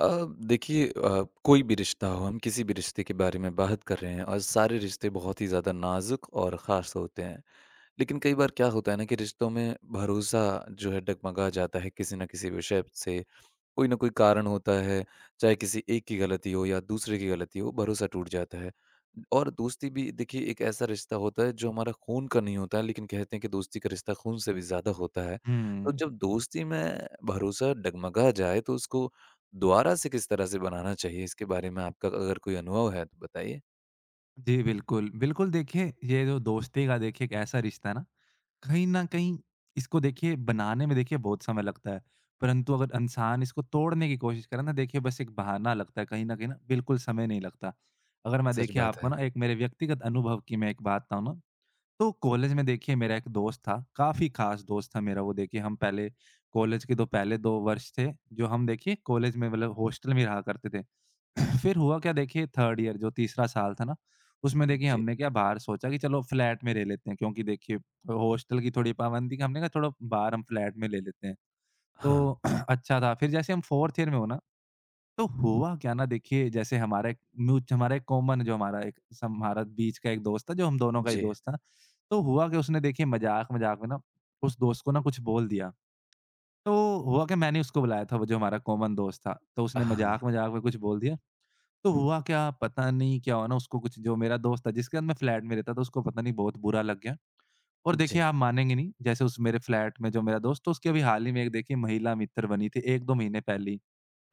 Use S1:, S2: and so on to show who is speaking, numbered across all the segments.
S1: अ, देखिए कोई भी रिश्ता हो, हम किसी भी रिश्ते के बारे में बात कर रहे हैं और सारे रिश्ते बहुत ही ज़्यादा नाजुक और ख़ास होते हैं। लेकिन कई बार क्या होता है ना कि रिश्तों में भरोसा जो है डगमगा जाता है किसी न किसी विषय से, कोई ना कोई कारण होता है, चाहे किसी एक की गलती हो या दूसरे की गलती हो, भरोसा टूट जाता है। और दोस्ती भी देखिए एक ऐसा रिश्ता होता है जो हमारा खून का नहीं होता है, लेकिन कहते हैं कि दोस्ती का रिश्ता खून से भी ज़्यादा होता है। तो
S2: हुँ।
S1: जब दोस्ती में भरोसा डगमगा जाए तो उसको दोबारा से किस तरह से बनाना चाहिए? इसके बारे में आपका अगर कोई अनुभव है तो बताइए।
S2: जी, बिल्कुल। बिल्कुल, देखिए ये जो दोस्ती का देखिए एक ऐसा रिश्ता है ना, कहीं न कहीं इसको देखिए बनाने में देखिए बहुत समय लगता है। परंतु अगर इंसान इसको तोड़ने की कोशिश करे ना देखिए बस एक बहाना लगता है, कहीं न कहीं ना बिल्कुल समय नहीं लगता। अगर मैं
S1: सच
S2: देखिए
S1: बात
S2: आपको
S1: है।
S2: ना एक मेरे व्यक्तिगत अनुभव की मैं एक बात बताऊँ ना, तो कॉलेज में देखिए मेरा एक दोस्त था, काफ़ी ख़ास दोस्त था मेरा। वो देखिए हम पहले कॉलेज के तो पहले 2 वर्ष थे, जो हम देखिए कॉलेज में मतलब हॉस्टल में रहा करते थे। फिर हुआ क्या, देखिए थर्ड ईयर जो तीसरा साल था ना, उसमें देखिए
S1: जी।
S2: हमने क्या बाहर सोचा कि चलो फ्लैट में रह लेते हैं, क्योंकि देखिए हॉस्टल की थोड़ी पाबंदी थी, हमने कहा थोड़ा बाहर हम फ्लैट में ले लेते हैं।
S1: हाँ।
S2: तो अच्छा था। फिर जैसे हम फोर्थ ईयर में हो ना, तो हुआ क्या ना, देखिए जैसे हमारा एक म्यूच हमारा एक कॉमन जो हमारा एक सम हमारा बीच का एक दोस्त था, जो हम दोनों का ही
S1: जी।
S2: दोस्त था। तो हुआ कि उसने देखिए मज़ाक-मज़ाक में ना उस दोस्त को ना कुछ बोल दिया। तो हुआ कि मैंने उसको बुलाया था वो जो हमारा कॉमन दोस्त था। तो उसने
S1: हाँ।
S2: मज़ाक-मज़ाक में कुछ बोल दिया। तो हुआ क्या, पता नहीं क्या हुआ ना, उसको कुछ, जो मेरा दोस्त था जिसके साथ मैं फ्लैट में रहता था, उसको पता नहीं बहुत बुरा लग गया। और देखिए
S1: जी।
S2: आप मानेंगे नहीं, जैसे उस मेरे फ्लैट में जो मेरा दोस्त, तो उसके अभी हाल ही में एक देखिए महिला मित्र बनी थी, एक दो महीने पहले ही।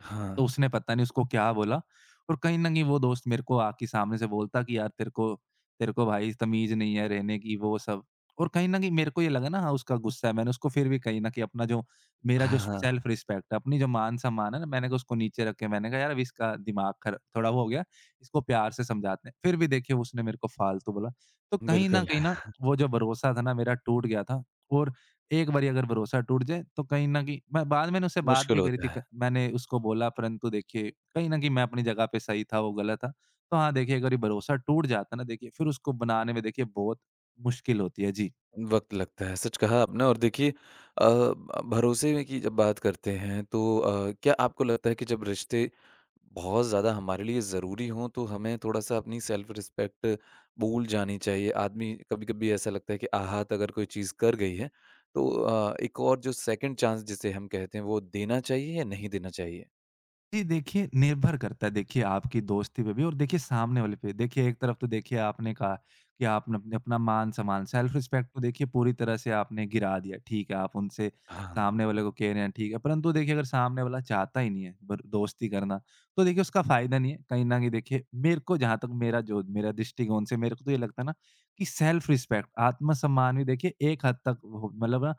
S1: हाँ।
S2: तो उसने पता नहीं उसको क्या बोला, और कहीं न कहीं वो दोस्त मेरे को आके सामने से बोलता कि यार तेरे को भाई तमीज़ नहीं है रहने की, वो सब। और कहीं न कहीं मेरे को ये लगा ना, हाँ, उसका गुस्सा है। मैंने उसको फिर भी कहीं न कहीं अपना जो, मेरा जो
S1: हाँ, हाँ।
S2: सेल्फ रिस्पेक्ट है, अपनी जो मान-सम्मान है ना, मैंने उसको नीचे रख के मैंने कहा यार, अब इसका दिमाग खर थोड़ा वो हो गया, इसको प्यार से समझाते हैं। फिर भी देखिए उसने मेरे को फालतू बोला। तो कहीं न
S1: बिल्कुल,
S2: कहीं ना,
S1: है,
S2: वो जो भरोसा था ना मेरा, टूट गया था। और एक बारी अगर भरोसा टूट जाए, तो कहीं न कहीं, मैं बाद मैंने उससे बात
S1: मुश्किल
S2: भी करी
S1: होता
S2: थी
S1: है।
S2: क मैंने उसको बोला, परंतु देखिए कहीं न कहीं मैं अपनी जगह पे सही था, वो गलत था। तो हाँ, देखिए अगर ये भरोसा टूट जाता है ना देखिए, फिर उसको बनाने में देखिए बहुत मुश्किल होती है। जी।
S1: वक़्त लगता है, सच कहा आपने। और देखिए भरोसे में की जब बात करते हैं तो क्या आपको लगता है कि जब रिश्ते बहुत ज़्यादा हमारे लिए ज़रूरी हों तो हमें थोड़ा-सा अपनी सेल्फ़ रिस्पेक्ट भूल जानी चाहिए? आदमी कभी-कभी ऐसा लगता है कि आहत अगर कोई चीज़ कर गई है तो एक और जो सेकंड चांस जिसे हम कहते हैं वो देना चाहिए या नहीं देना चाहिए?
S2: जी, देखिए निर्भर करता है देखिए आपकी दोस्ती पे भी और देखिए सामने वाले पे। देखिए एक तरफ तो देखिए आपने कहा कि आपने अपने अपना मान-सम्मान, सेल्फ रिस्पेक्ट को देखिए पूरी तरह से आपने गिरा दिया। ठीक है, आप उनसे,
S1: हाँ,
S2: सामने वाले को कह रहे हैं ठीक है, परंतु देखिए अगर सामने वाला चाहता ही नहीं है बर दोस्ती करना, तो देखिए उसका फ़ायदा नहीं है। कहीं न कहीं देखिए मेरे को, जहाँ तक मेरा जो, मेरा दृष्टिकोण से, मेरे को तो ये लगता है ना, कि सेल्फ रिस्पेक्ट, आत्म-सम्मान भी देखिए एक हद तक हो मतलब ना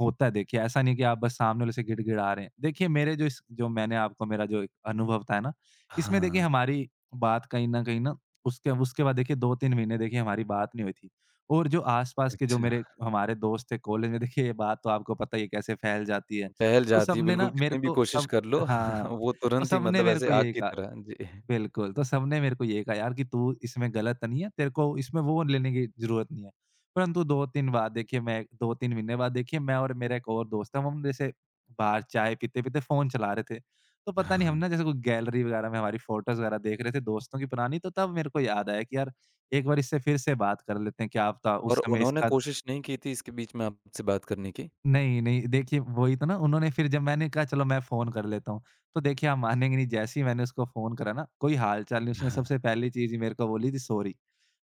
S2: होता है देखिए, ऐसा नहीं कि आप बस सामने वाले से गिड़गिड़ा रहे हैं। देखिए मेरे जो इस जो, मैंने आपको मेरा जो एक अनुभव बताया ना, इसमें देखिए
S1: हाँ,
S2: हमारी बात, कहीं न कहीं ना उसके उसके बाद देखिए 2-3 महीने देखिए हमारी बात नहीं हुई थी। और जो आस-पास के जो
S1: अच्छा।
S2: मेरे हमारे दोस्त थे कॉलेज में, देखिए ये बात तो आपको पता ही है कैसे फैल जाती है।
S1: टहल
S2: तो
S1: जाती है
S2: सबने ना
S1: बिल्कुल,
S2: मेरे
S1: कितनी भी
S2: को
S1: कोशिश
S2: सब,
S1: कर लो
S2: हाँ,
S1: वो
S2: तो
S1: तुरंत ही
S2: सबने
S1: मतलब
S2: मेरे
S1: ऐसे
S2: को
S1: आग
S2: यही
S1: की
S2: कहा,
S1: तरह। जी।
S2: बिल्कुल, तो सबने मेरे को ये कहा यार, कि तू इसमें गलत तो नहीं है, तेरे को इसमें वो लेने की ज़रूरत नहीं है। परंतु 2-3 बाद देखिए मैं, 2-3 महीने बाद देखिए मैं और मेरा एक और दोस्त था, हम जैसे बाहर चाय पीते-पीते फ़ोन चला रहे थे। तो पता नहीं हम
S1: हाँ।
S2: ना जैसे कोई गैलरी वगैरह में हमारी फ़ोटोज़ वगैरह देख रहे थे दोस्तों की पुरानी, तो तब मेरे को याद आया कि यार एक बार इससे फिर से बात कर लेते हैं, क्या पता उस
S1: और
S2: समय
S1: उन्होंने
S2: इसका।
S1: कोशिश नहीं की थी इसके बीच में आपसे बात करने की?
S2: नहीं, नहीं, देखिए वही तो ना, उन्होंने, फिर जब मैंने कहा चलो मैं फ़ोन कर लेता हूँ, तो देखिए आप मानेंगे नहीं, जैसे ही मैंने उसको फ़ोन करा ना, कोई हाल-चाल नहीं, उसने सबसे
S1: हाँ।
S2: पहली चीज़ ही मेरे को बोली थी, सॉरी।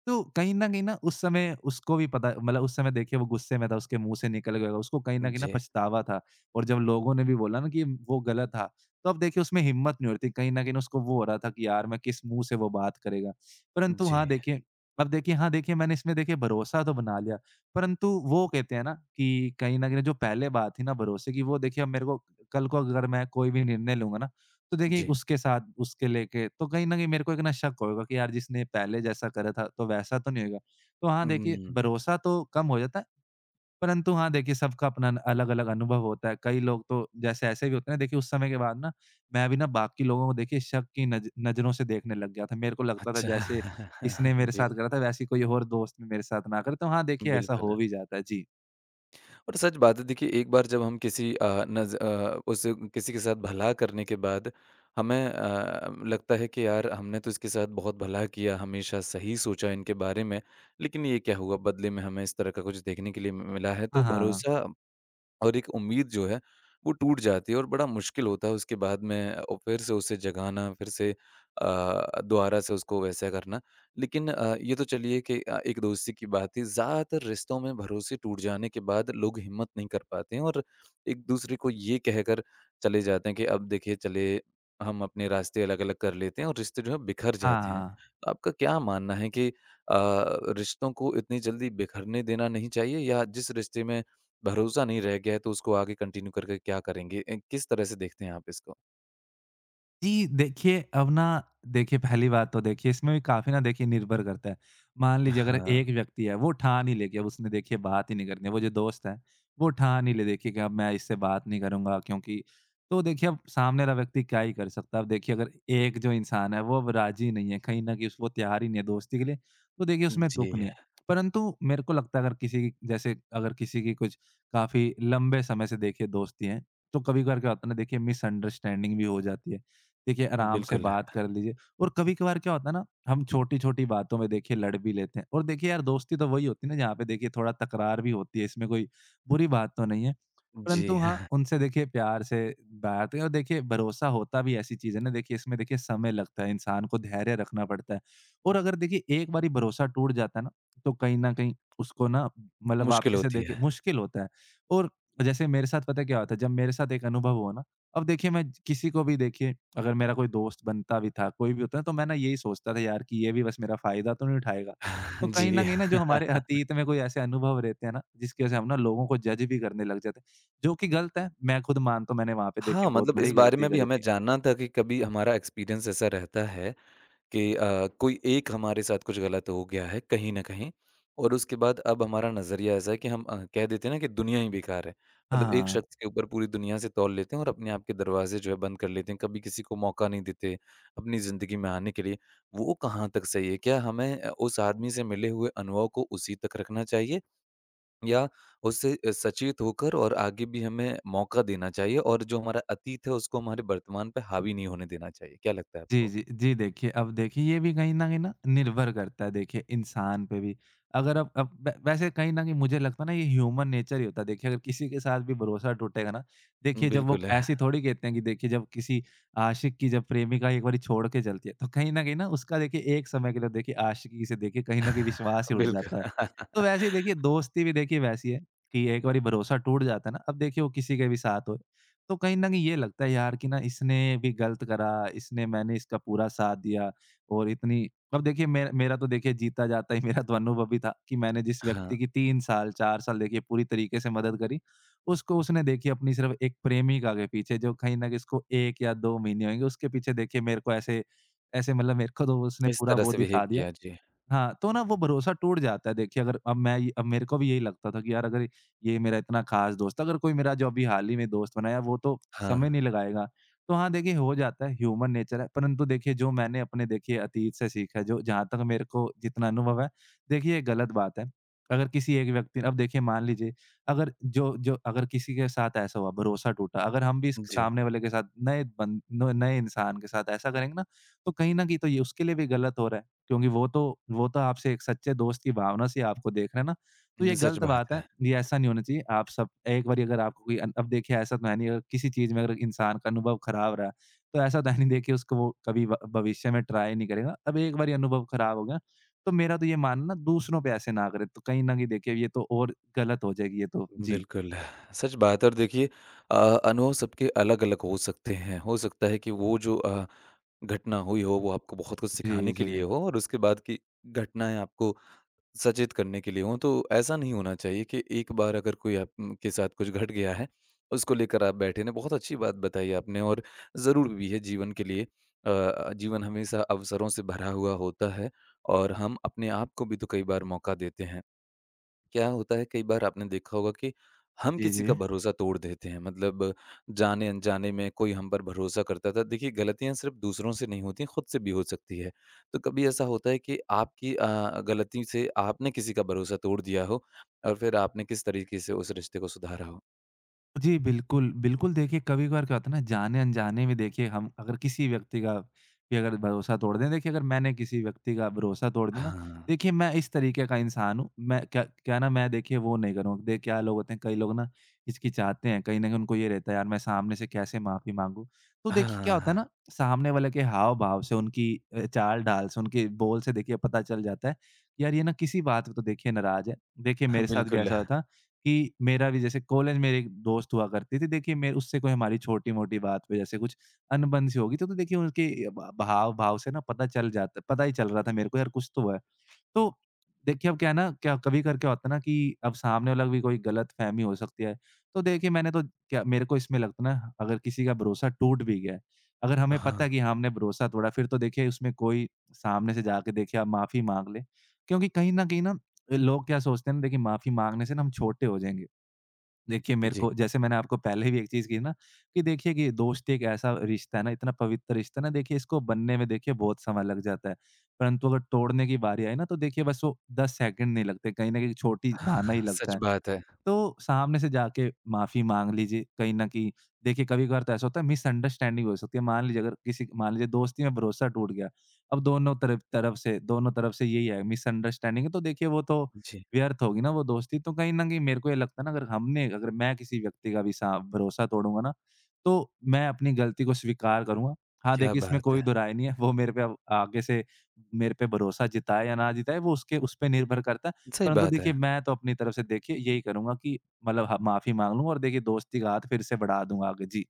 S2: तो कहीं न उस समय उसको भी पता, मतलब उस समय देखिए वो गुस्से में था, उसके मुँह से निकल गया होगा, उसको कहीं न
S1: जी,
S2: पछतावा था। और जब लोगों ने भी बोला ना कि वो गलत था, तो अब देखिए उसमें हिम्मत नहीं हो रही थी। कहीं न कहीं ना उसको वो हो रहा था कि यार मैं किस मुँह से वो बात करेगा। परंतु
S1: जी,
S2: हाँ, देखिए अब देखिए, हाँ, देखिए मैंने इसमें देखिए भरोसा तो बना लिया, परंतु वो कहते हैं ना कि कहीं न कहीं जो पहले बात थी ना भरोसे की, वो देखिए अब मेरे को, कल को अगर मैं कोई भी निर्णय लूँगा ना, तो देखिए
S1: जी।
S2: उसके साथ, उसके लेके, तो कहीं न कहीं मेरे को एक ना शक होगा कि यार, जिसने पहले जैसा करा था तो वैसा तो नहीं होगा। तो हाँ, देखिए
S1: हुँ,
S2: भरोसा तो कम हो जाता है, परंतु हाँ, देखिए सबका अपना न अलग-अलग अनुभव होता है। कई लोग तो जैसे ऐसे भी होते हैं ना देखिए उस समय के बाद ना, मैं भी ना बाकी लोगों को देखिए शक की नज़रों से देखने लग गया था। मेरे को लगता था
S1: अच्छा।
S2: जैसे इसने मेरे
S1: जी,
S2: साथ करा था, वैसे ही कोई और दोस्त भी मेरे साथ ना करे। तो हाँ, देखिए ऐसा
S1: बिल्कुल।
S2: हो भी जाता है। जी।
S1: और सच बात है देखिए, एक बार जब हम किसी उस किसी के साथ भला करने के बाद हमें लगता है कि यार हमने तो इसके साथ बहुत भला किया, हमेशा सही सोचा इनके बारे में, लेकिन ये क्या हुआ, बदले में हमें इस तरह का कुछ देखने के लिए मिला है,
S2: हाँ,
S1: तो
S2: हाँ।
S1: भरोसा और एक उम्मीद जो है वो टूट जाती है। और बड़ा मुश्किल होता है उसके बाद में फिर से उसे जगाना, फिर से दोबारा से उसको वैसा करना। लेकिन ये तो चलिए कि एक दोस्ती की बात थी, ज़्यादातर रिश्तों में भरोसे टूट जाने के बाद लोग हिम्मत नहीं कर पाते हैं और एक दूसरे को ये कहकर चले जाते हैं कि अब देखिए चले, हम अपने रास्ते अलग अलग कर लेते हैं और रिश्ते जो है बिखर
S2: हाँ,
S1: जाते हैं।
S2: हाँ।
S1: तो आपका क्या मानना है कि रिश्तों को इतनी जल्दी बिखरने देना नहीं चाहिए, या जिस रिश्ते में भरोसा नहीं रह गया है तो उसको आगे कंटिन्यू करके क्या करेंगे? किस तरह से देखते हैं आप इसको?
S2: जी, देखिए अब ना, देखिए पहली बात तो देखिए इसमें भी काफ़ी ना देखिए निर्भर करता है। मान लीजिए अगर
S1: हाँ,
S2: एक व्यक्ति है, वो ठान ही ले कि अब उसने देखिए बात ही नहीं करनी है, वो जो दोस्त है वो ठान ही ले देखिए कि अब मैं इससे बात नहीं करूँगा क्योंकि, तो देखिए अब सामने वाला व्यक्ति क्या ही कर सकता है। अब देखिए अगर एक जो इंसान है वो अब राज़ी नहीं है, कहीं न कहीं उस वो तैयार ही नहीं है दोस्ती के लिए, तो देखिए उसमें तुक
S1: जी,
S2: नहीं है। परंतु मेरे को लगता है अगर किसी की जैसे, अगर किसी की कुछ काफ़ी लंबे समय से देखिए दोस्ती है, तो कभी-कभार क्या होता है ना देखिए, मिसअंडरस्टैंडिंग भी हो जाती है। देखिए, आराम से
S1: बिल्कुल।
S2: बात कर लीजिए। और कभी-कभार क्या होता है ना, हम छोटी-छोटी बातों में देखिए लड़ भी लेते हैं, और देखिए यार दोस्ती तो वही होती है ना, जहाँ पे देखिए थोड़ा तकरार भी होती है, इसमें कोई बुरी बात तो नहीं है।
S1: जी,
S2: परंतु हाँ, उनसे देखिए प्यार से बात है। और देखिए भरोसा होता भी ऐसी चीज़ है ना, देखिए इसमें देखिए समय लगता है, इंसान को धैर्य रखना पड़ता है। और अगर देखिए एक बारी भरोसा टूट जाता है ना, तो कहीं न कहीं उसको ना, मतलब
S1: मुश्किल
S2: वापस से
S1: होती
S2: देखिए
S1: है।
S2: मुश्किल होता है। और जैसे मेरे साथ पता है क्या होता है, जब मेरे साथ एक अनुभव हुआ ना, अब देखिए मैं किसी को भी देखिए अगर मेरा कोई दोस्त बनता भी था, कोई भी होता है, तो मैं ना यही सोचता था यार कि ये भी बस मेरा फ़ायदा तो नहीं उठाएगा। तो कहीं न
S1: जी।
S2: कहीं ना जो हमारे अतीत में कोई ऐसे अनुभव रहते हैं ना, जिसकी वज़ह से हम ना लोगों को जज भी करने लग जाते हैं। जो कि गलत है, मैं खुद मानता हूँ, मैंने वहाँ पे
S1: हाँ,
S2: देखिए बहुत
S1: मतलब इस
S2: बड़ी
S1: बारे
S2: गलती
S1: में भी
S2: करी
S1: हमें
S2: थी।
S1: जानना था कि कभी हमारा एक्सपीरियंस ऐसा रहता है कि कोई एक हमारे साथ कुछ गलत हो गया है कहीं न कहीं, और उसके बाद अब हमारा नज़रिया ऐसा है कि हम कह देते हैं ना कि दुनिया ही बेकार है। मतलब एक
S2: हाँ।
S1: शख्स के ऊपर पूरी दुनिया से तौल लेते हैं और अपने आप के दरवाज़े जो है बंद कर लेते हैं, कभी किसी को मौका नहीं देते अपनी ज़िंदगी में आने के लिए। वो कहाँ तक सही है? क्या हमें उस आदमी से मिले हुए अनुभव को उसी तक रखना चाहिए, या उससे सचेत होकर और आगे भी हमें मौका देना चाहिए और जो हमारा अतीत है उसको हमारे वर्तमान पे हावी नहीं होने देना चाहिए? क्या लगता है
S2: जी,
S1: आपको?
S2: जी। जी, देखिए अब देखिए ये भी कहीं न कहीं ना निर्भर करता है देखिए इंसान पे भी। अगर अब वै वैसे कहीं न कहीं मुझे लगता है ना, ये ह्यूमन नेचर ही होता है। देखिए अगर किसी के साथ भी भरोसा टूटेगा ना, देखिए जब वो
S1: बिल्कुल।
S2: ऐसी थोड़ी कहते हैं कि देखिए जब किसी आशिक की जब प्रेमिका एक बारी छोड़ के चलती है, तो कहीं न कहीं ना उसका देखिए एक समय के लिए देखिए आशिकी से देखिए कहीं न कहीं विश्वास ही उठ
S1: बिल्कुल।
S2: जाता है। तो वैसे ही देखिए दोस्ती भी देखिए वैसी है, कि एक बारी भरोसा टूट जाता है ना, अब देखिए वो किसी के भी साथ हो, तो कहीं न कहीं ये लगता है यार कि ना इसने भी गलत करा, इसने, मैंने इसका पूरा साथ दिया, और इतनी, अब देखिए मे मेरा तो देखिए जीता जाता ही मेरा तो अनुभव भी था कि मैंने जिस
S1: हाँ,
S2: व्यक्ति की 3 साल, 4 साल देखिए पूरी तरीके से मदद करी, उसको, उसने देखिए अपनी सिर्फ़ एक प्रेमिका के पीछे जो कहीं न कहीं इसको 1 या 2 महीने होंगे, उसके पीछे देखिए मेरे को ऐसे ऐसे मतलब मेरे को तो उसने
S1: इस
S2: पूरा
S1: तरह
S2: वो
S1: से
S2: दिखा
S1: बिहेव
S2: दिया।
S1: किया, जी।
S2: हाँ, तो ना वो भरोसा टूट जाता है। देखिए अगर अब मेरे को भी यही लगता था कि यार अगर ये मेरा इतना ख़ास दोस्त, अगर कोई मेरा जो अभी हाल ही में दोस्त बनाया, वो तो
S1: हाँ,
S2: समय नहीं लगाएगा। तो हाँ, देखिए हो जाता है, ह्यूमन नेचर है। परंतु देखिए जो मैंने अपने देखिए अतीत से सीखा है, जो जहाँ तक मेरे को जितना अनुभव है, देखिए ये गलत बात है। अगर किसी एक व्यक्ति अब देखिए मान लीजिए, अगर जो जो अगर किसी के साथ ऐसा हुआ, भरोसा टूटा, अगर हम भी इस
S1: जी।
S2: सामने वाले के साथ, नए बन न नए इंसान के साथ ऐसा करेंगे ना, तो कहीं न कहीं तो ये उसके लिए भी गलत हो रहा है। क्योंकि वो तो आपसे एक सच्चे दोस्त की भावना से आपको देख रहे हैं ना, तो ये
S1: हुँ, सच
S2: गलत
S1: बात
S2: बात है,
S1: है।
S2: ये ऐसा नहीं होना चाहिए। आप सब एक बारी अगर आपको कोई अन अब देखिए ऐसा तो है नहीं, अगर किसी चीज़ में अगर इंसान का अनुभव खराब रहा, तो ऐसा तो है नहीं देखिए, उसको वो कभी भ भविष्य में ट्राई नहीं करेगा। अब एक बारी अनुभव खराब हो गया, तो मेरा तो ये मानना है, दूसरों पे ऐसे ना करें, तो कहीं न कहीं देखिए ये तो और गलत हो जाएगी ये तो। जी।
S1: बिल्कुल, सच बात है और देखिए अ, अनुभव सबके अलग-अलग हो सकते हैं। हो सकता है कि वो जो घटना हुई हो, वो आपको बहुत कुछ
S2: जी,
S1: सिखाने के
S2: जी।
S1: लिए हो और उसके बाद की घटनाएँ आपको सचेत करने के लिए हों, तो ऐसा नहीं होना चाहिए कि एक बार अगर कोई आप के साथ कुछ घट गया है, उसको लेकर आप बैठे रहें। बहुत अच्छी बात बताई आपने और ज़रूर भी है जीवन के लिए। जीवन हमेशा अवसरों से भरा हुआ होता है और हम अपने आप को भी तो कई बार मौका देते हैं। क्या होता है, कई बार आपने देखा होगा कि हम
S2: जी,
S1: किसी
S2: जी।
S1: का भरोसा तोड़ देते हैं, मतलब जाने अनजाने में कोई हम पर भरोसा करता था। देखिए गलतियां सिर्फ दूसरों से नहीं होती, खुद से भी हो सकती है। तो कभी ऐसा होता है कि आपकी गलती से आपने किसी का भरोसा तोड़ दिया हो और फिर आपने किस तरीके से उस रिश्ते को सुधारा हो?
S2: जी, बिल्कुल। बिल्कुल, देखिए कभी-कभार क्या होता है ना, जाने-अनजाने में देखिए हम अगर किसी व्यक्ति का भी अगर भरोसा तोड़ दें, देखिए अगर मैंने किसी व्यक्ति का भरोसा तोड़ दिया ना,
S1: हाँ।
S2: देखिए मैं इस तरीके का इंसान हूँ। मैं क्या क्या ना मैं देखिए वो नहीं करूँगा। देखिए क्या लोग होते हैं, कई लोग ना हिचकिचाते हैं, कहीं न कहीं उनको ये रहता है यार, मैं सामने से कैसे माफ़ी माँगू? तो देखिए क्या होता है ना,
S1: हाँ।
S2: सामने वाले के हाव-भाव से उनकी चाल-ढाल से उनके बोल से देखिए पता चल जाता है, कि यार ये ना किसी बात पे तो देखिए नाराज़ है। देखिए
S1: हाँ,
S2: मेरे साथ भी
S1: बिल्कुल।
S2: ऐसा हुआ था कि मेरा भी जैसे कॉलेज में एक दोस्त हुआ करती थी, देखिए मैं उससे कोई हमारी छोटी-मोटी बात पे जैसे कुछ अनबन-सी होगी, तो देखिए उनके ब भाव-भाव से ना पता चल जाता, पता ही चल रहा था मेरे को यार कुछ तो है। तो देखिए अब क्या है ना क्या कभी कर क्या होता है ना, कि अब सामने वाला भी कोई गलतफ़हमी हो सकती है। तो देखिए मैंने तो क्या, मेरे को इसमें लगता है ना, अगर किसी का भरोसा टूट भी गया है, अगर हमें पता
S1: हाँ।
S2: है कि हाँ, हमने भरोसा तोड़ा, फिर तो देखिए उसमें कोई सामने से जाके देखिए आप माफ़ी माँग लें। क्योंकि कहीं न कहीं ना, लोग क्या सोचते हैं ना, देखिए माफ़ी माँगने से ना हम छोटे हो जाएँगे। देखिए, मेरे
S1: जी।
S2: को जैसे मैंने आपको पहले भी एक चीज़ कही ना, कि देखिए कि दोस्ती एक ऐसा रिश्ता है ना, इतना पवित्र रिश्ता है ना, देखिए इसको बनने में देखिए बहुत समय लग जाता है। परंतु अगर तोड़ने की बारी आई ना, तो देखिए बस वो 10 सेकंड नहीं लगते, कहीं न कहीं छोटी बहाना ही
S1: हाँ,
S2: लगता
S1: सच
S2: है।
S1: बात है।
S2: तो सामने से जाके माफ़ी माँग लीजिए कहीं न कहीं। देखिए, कभी-कभार तो ऐसा होता है, मिसअंडरस्टैंडिंग हो सकती है। मान लीजिए अगर किसी, मान लीजिए दोस्ती में भरोसा टूट गया, अब दोनों तरफ तरफ से दोनों तरफ से यही है, मिसअंडरस्टैंडिंग है, तो देखिए वो तो
S1: जी।
S2: व्यर्थ होगी ना वो दोस्ती। तो कहीं न कहीं मेरे को ये लगता है ना, अगर हमने अगर मैं किसी व्यक्ति का भी सा भरोसा तोड़ूँगा ना, तो मैं अपनी गलती को स्वीकार करूँगा। हाँ,
S1: क्या
S2: देखिए इसमें
S1: बात
S2: कोई
S1: है।
S2: दो राय नहीं है। वो मेरे पे अब आगे से मेरे पे भरोसा जताए या ना जताए, वो उसके उस पे निर्भर करता है।
S1: सही
S2: परंतु
S1: बात
S2: देखिए,
S1: है।
S2: मैं तो अपनी तरफ से देखिए यही करूँगा कि मतलब ह माफ़ी माँग लूँगा और देखिए दोस्ती का हाथ फिर से बढ़ा दूँगा आगे। जी।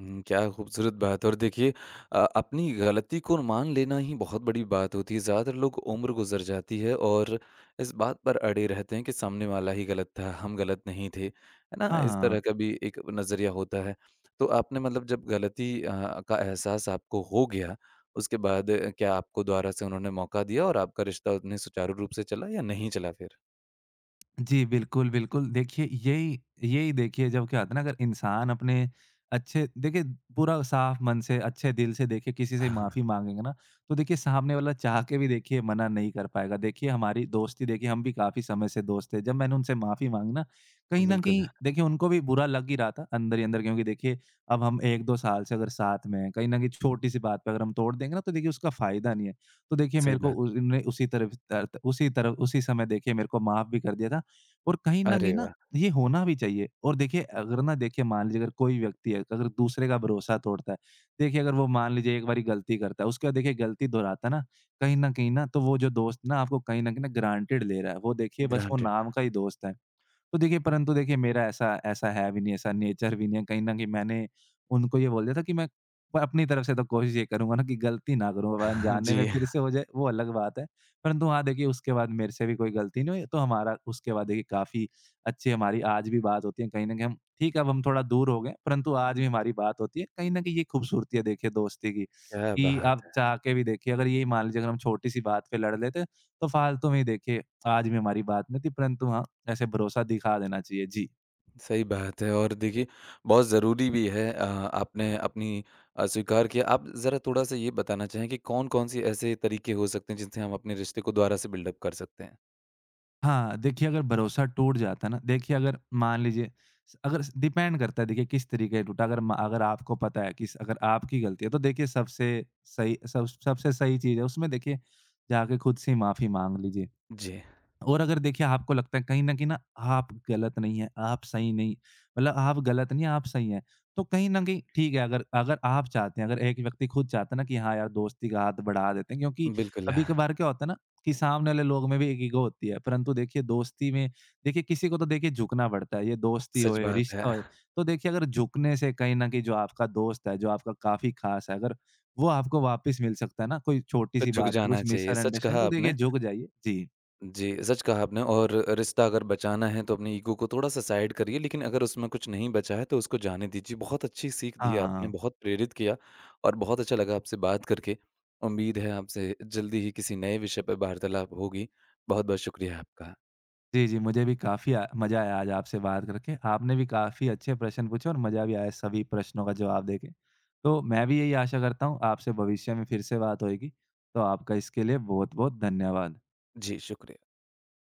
S1: हुँ, क्या खूबसूरत बात है और देखिए अपनी गलती को मान लेना ही बहुत बड़ी बात होती है। ज़्यादातर लोग, उम्र गुज़र जाती है और इस बात पर अड़े रहते हैं कि सामने वाला ही गलत था, हम गलत नहीं थे। है ना? इस तरह
S2: हाँ।
S1: का भी एक नज़रिया होता है। तो आपने, मतलब जब गलती का एहसास आपको हो गया, उसके बाद क्या आपको दोबारा से उन्होंने मौका दिया और आपका रिश्ता उतने सुचारू रूप से चला या नहीं चला फिर?
S2: जी, बिल्कुल, बिल्कुल। देखिए, यही यही देखिए जब क्या होता है ना, अगर इंसान अपने अच्छे देखिए पूरा साफ मन से, अच्छे दिल से देखिए किसी से
S1: हाँ,
S2: माफ़ी माँगेंगे ना, तो देखिए सामने वाला चाह के भी देखिए मना नहीं कर पाएगा। देखिए हमारी दोस्ती, देखिए हम भी काफ़ी समय से दोस्त थे। जब मैंने उनसे माफ़ी माँगी ना, कहीं न
S1: बिल्कुल,
S2: कहीं देखिए उनको भी बुरा लग ही रहा था अंदर ही अंदर, क्योंकि देखिए अब हम 1-2 साल से अगर साथ में हैं, कहीं न कहीं छोटी-सी बात पे अगर हम तोड़ देंगे ना तो देखिए उसका फ़ायदा नहीं है। तो देखिए
S1: सही
S2: मेरे को
S1: बात।
S2: उ उनने उसी तरफ तर उसी तरफ उसी समय देखिए मेरे को माफ़ भी कर दिया था। और कहीं न कहीं
S1: अरे
S2: ना,
S1: वाह!
S2: ये होना भी चाहिए। और देखिए अगर ना, देखिए मान लीजिए अगर कोई व्यक्ति है, अगर दूसरे का भरोसा तोड़ता है, देखिए अगर वो मान लीजिए एक बारी गलती करता है, उसके बाद देखिए गलती दोहराता है ना, कहीं न कहीं ना तो वो जो दोस्त ना आपको कहीं न कहीं ना ग्रांटेड ले रहा है, वो देखिए बस वो
S1: ग्रांटेड।
S2: नाम का ही दोस्त है। तो देखिए परंतु देखिए मेरा ऐसा ऐसा है भी नहीं, ऐसा नेचर भी नहीं है। कहीं न कहीं मैंने उनको ये बोल दिया था कि मैं प अपनी तरफ से तो कोशिश ये करूँगा ना कि गलती ना करूँ, अब अनजाने में
S1: जी,
S2: फिर से हो जाए वो अलग बात है। परंतु हाँ, देखिए उसके बाद मेरे से भी कोई गलती नहीं हुई, तो हमारा उसके बाद देखिए काफ़ी अच्छी हमारी आज भी बात होती है। कहीं न कहीं हम ठीक है, अब हम थोड़ा दूर हो गए, परंतु आज भी हमारी बात होती है। कहीं न कहीं ये खूबसूरती है देखिए दोस्ती की,
S1: क्या
S2: कि आप
S1: बात!
S2: चाह के भी देखिए अगर ये मान लीजिए अगर हम छोटी-सी बात पे लड़ लेते, तो फालतू में ही देखिए आज भी हमारी बात नहीं थी। परंतु हाँ, ऐसे भरोसा दिखा देना चाहिए। जी।
S1: सही बात है और देखिए बहुत ज़रूरी भी है। आपने अपनी स्वीकार किया। आप ज़रा थोड़ा-सा ये बताना चाहें कि कौन-कौन से ऐसे तरीके हो सकते हैं जिनसे हम अपने रिश्ते को दोबारा से बिल्डअप कर सकते हैं?
S2: हाँ, देखिए अगर भरोसा टूट जाता है ना, देखिए अगर मान लीजिए स अगर डिपेंड करता है देखिए किस तरीके से टूटा, अगर म अगर आपको पता है कि अगर आपकी गलती है, तो देखिए सबसे सही चीज़ है उसमें देखिए जाके खुद से ही माफ़ी माँग लीजिए।
S1: जी,
S2: और अगर देखिए आपको लगता है कहीं न कहीं ना आप गलत नहीं हैं, आप सही नहीं, मतलब आप गलत नहीं हैं, आप सही हैं। तो कहीं न कहीं ठीक है, अगर अगर आप चाहते हैं, अगर एक व्यक्ति खुद चाहता है ना कि हाँ यार दोस्ती का हाथ बढ़ा देते हैं, क्योंकि
S1: बिल्कुल।
S2: कभी-कभार क्या होता है ना, कि सामने वाले लोग में भी एक ईगो होती है। परंतु देखिए दोस्ती में देखिए किसी को तो देखिए झुकना पड़ता है, ये दोस्ती
S1: सच
S2: होए,
S1: बात है।
S2: रिश्ता होए। तो देखिए अगर झुकने से कहीं न कहीं जो आपका दोस्त है, जो आपका काफ़ी ख़ास है, अगर वो आपको वापस मिल सकता है ना, कोई
S1: तो
S2: छोटी-सी
S1: झुक
S2: बात पे
S1: जाना
S2: कुछ
S1: चाहिए, सच
S2: मिसअंडरस्टैंडिंग,
S1: कहा
S2: तो देखिए
S1: आपने।
S2: झुक जाइए। जी।
S1: जी, सच कहा आपने और रिश्ता अगर बचाना है तो अपनी ईगो को थोड़ा-सा साइड करिए, लेकिन अगर उसमें कुछ नहीं बचा है तो उसको जाने दीजिए। बहुत अच्छी सीख दी आपने,
S2: हाँ।
S1: बहुत प्रेरित किया और बहुत अच्छा लगा आपसे बात करके। उम्मीद है आपसे जल्दी ही किसी नए विषय पर वार्तालाप होगी। बहुत-बहुत शुक्रिया आपका।
S2: जी, जी, मुझे भी काफ़ी मज़ा आया आज आपसे बात करके। आपने भी काफ़ी अच्छे प्रश्न पूछे और मज़ा भी आया सभी प्रश्नों का जवाब देके। तो मैं भी यही आशा करता हूँ आपसे भविष्य में फिर से बात होएगी। तो आपका इसके लिए बहुत-बहुत धन्यवाद।
S1: जी, शुक्रिया।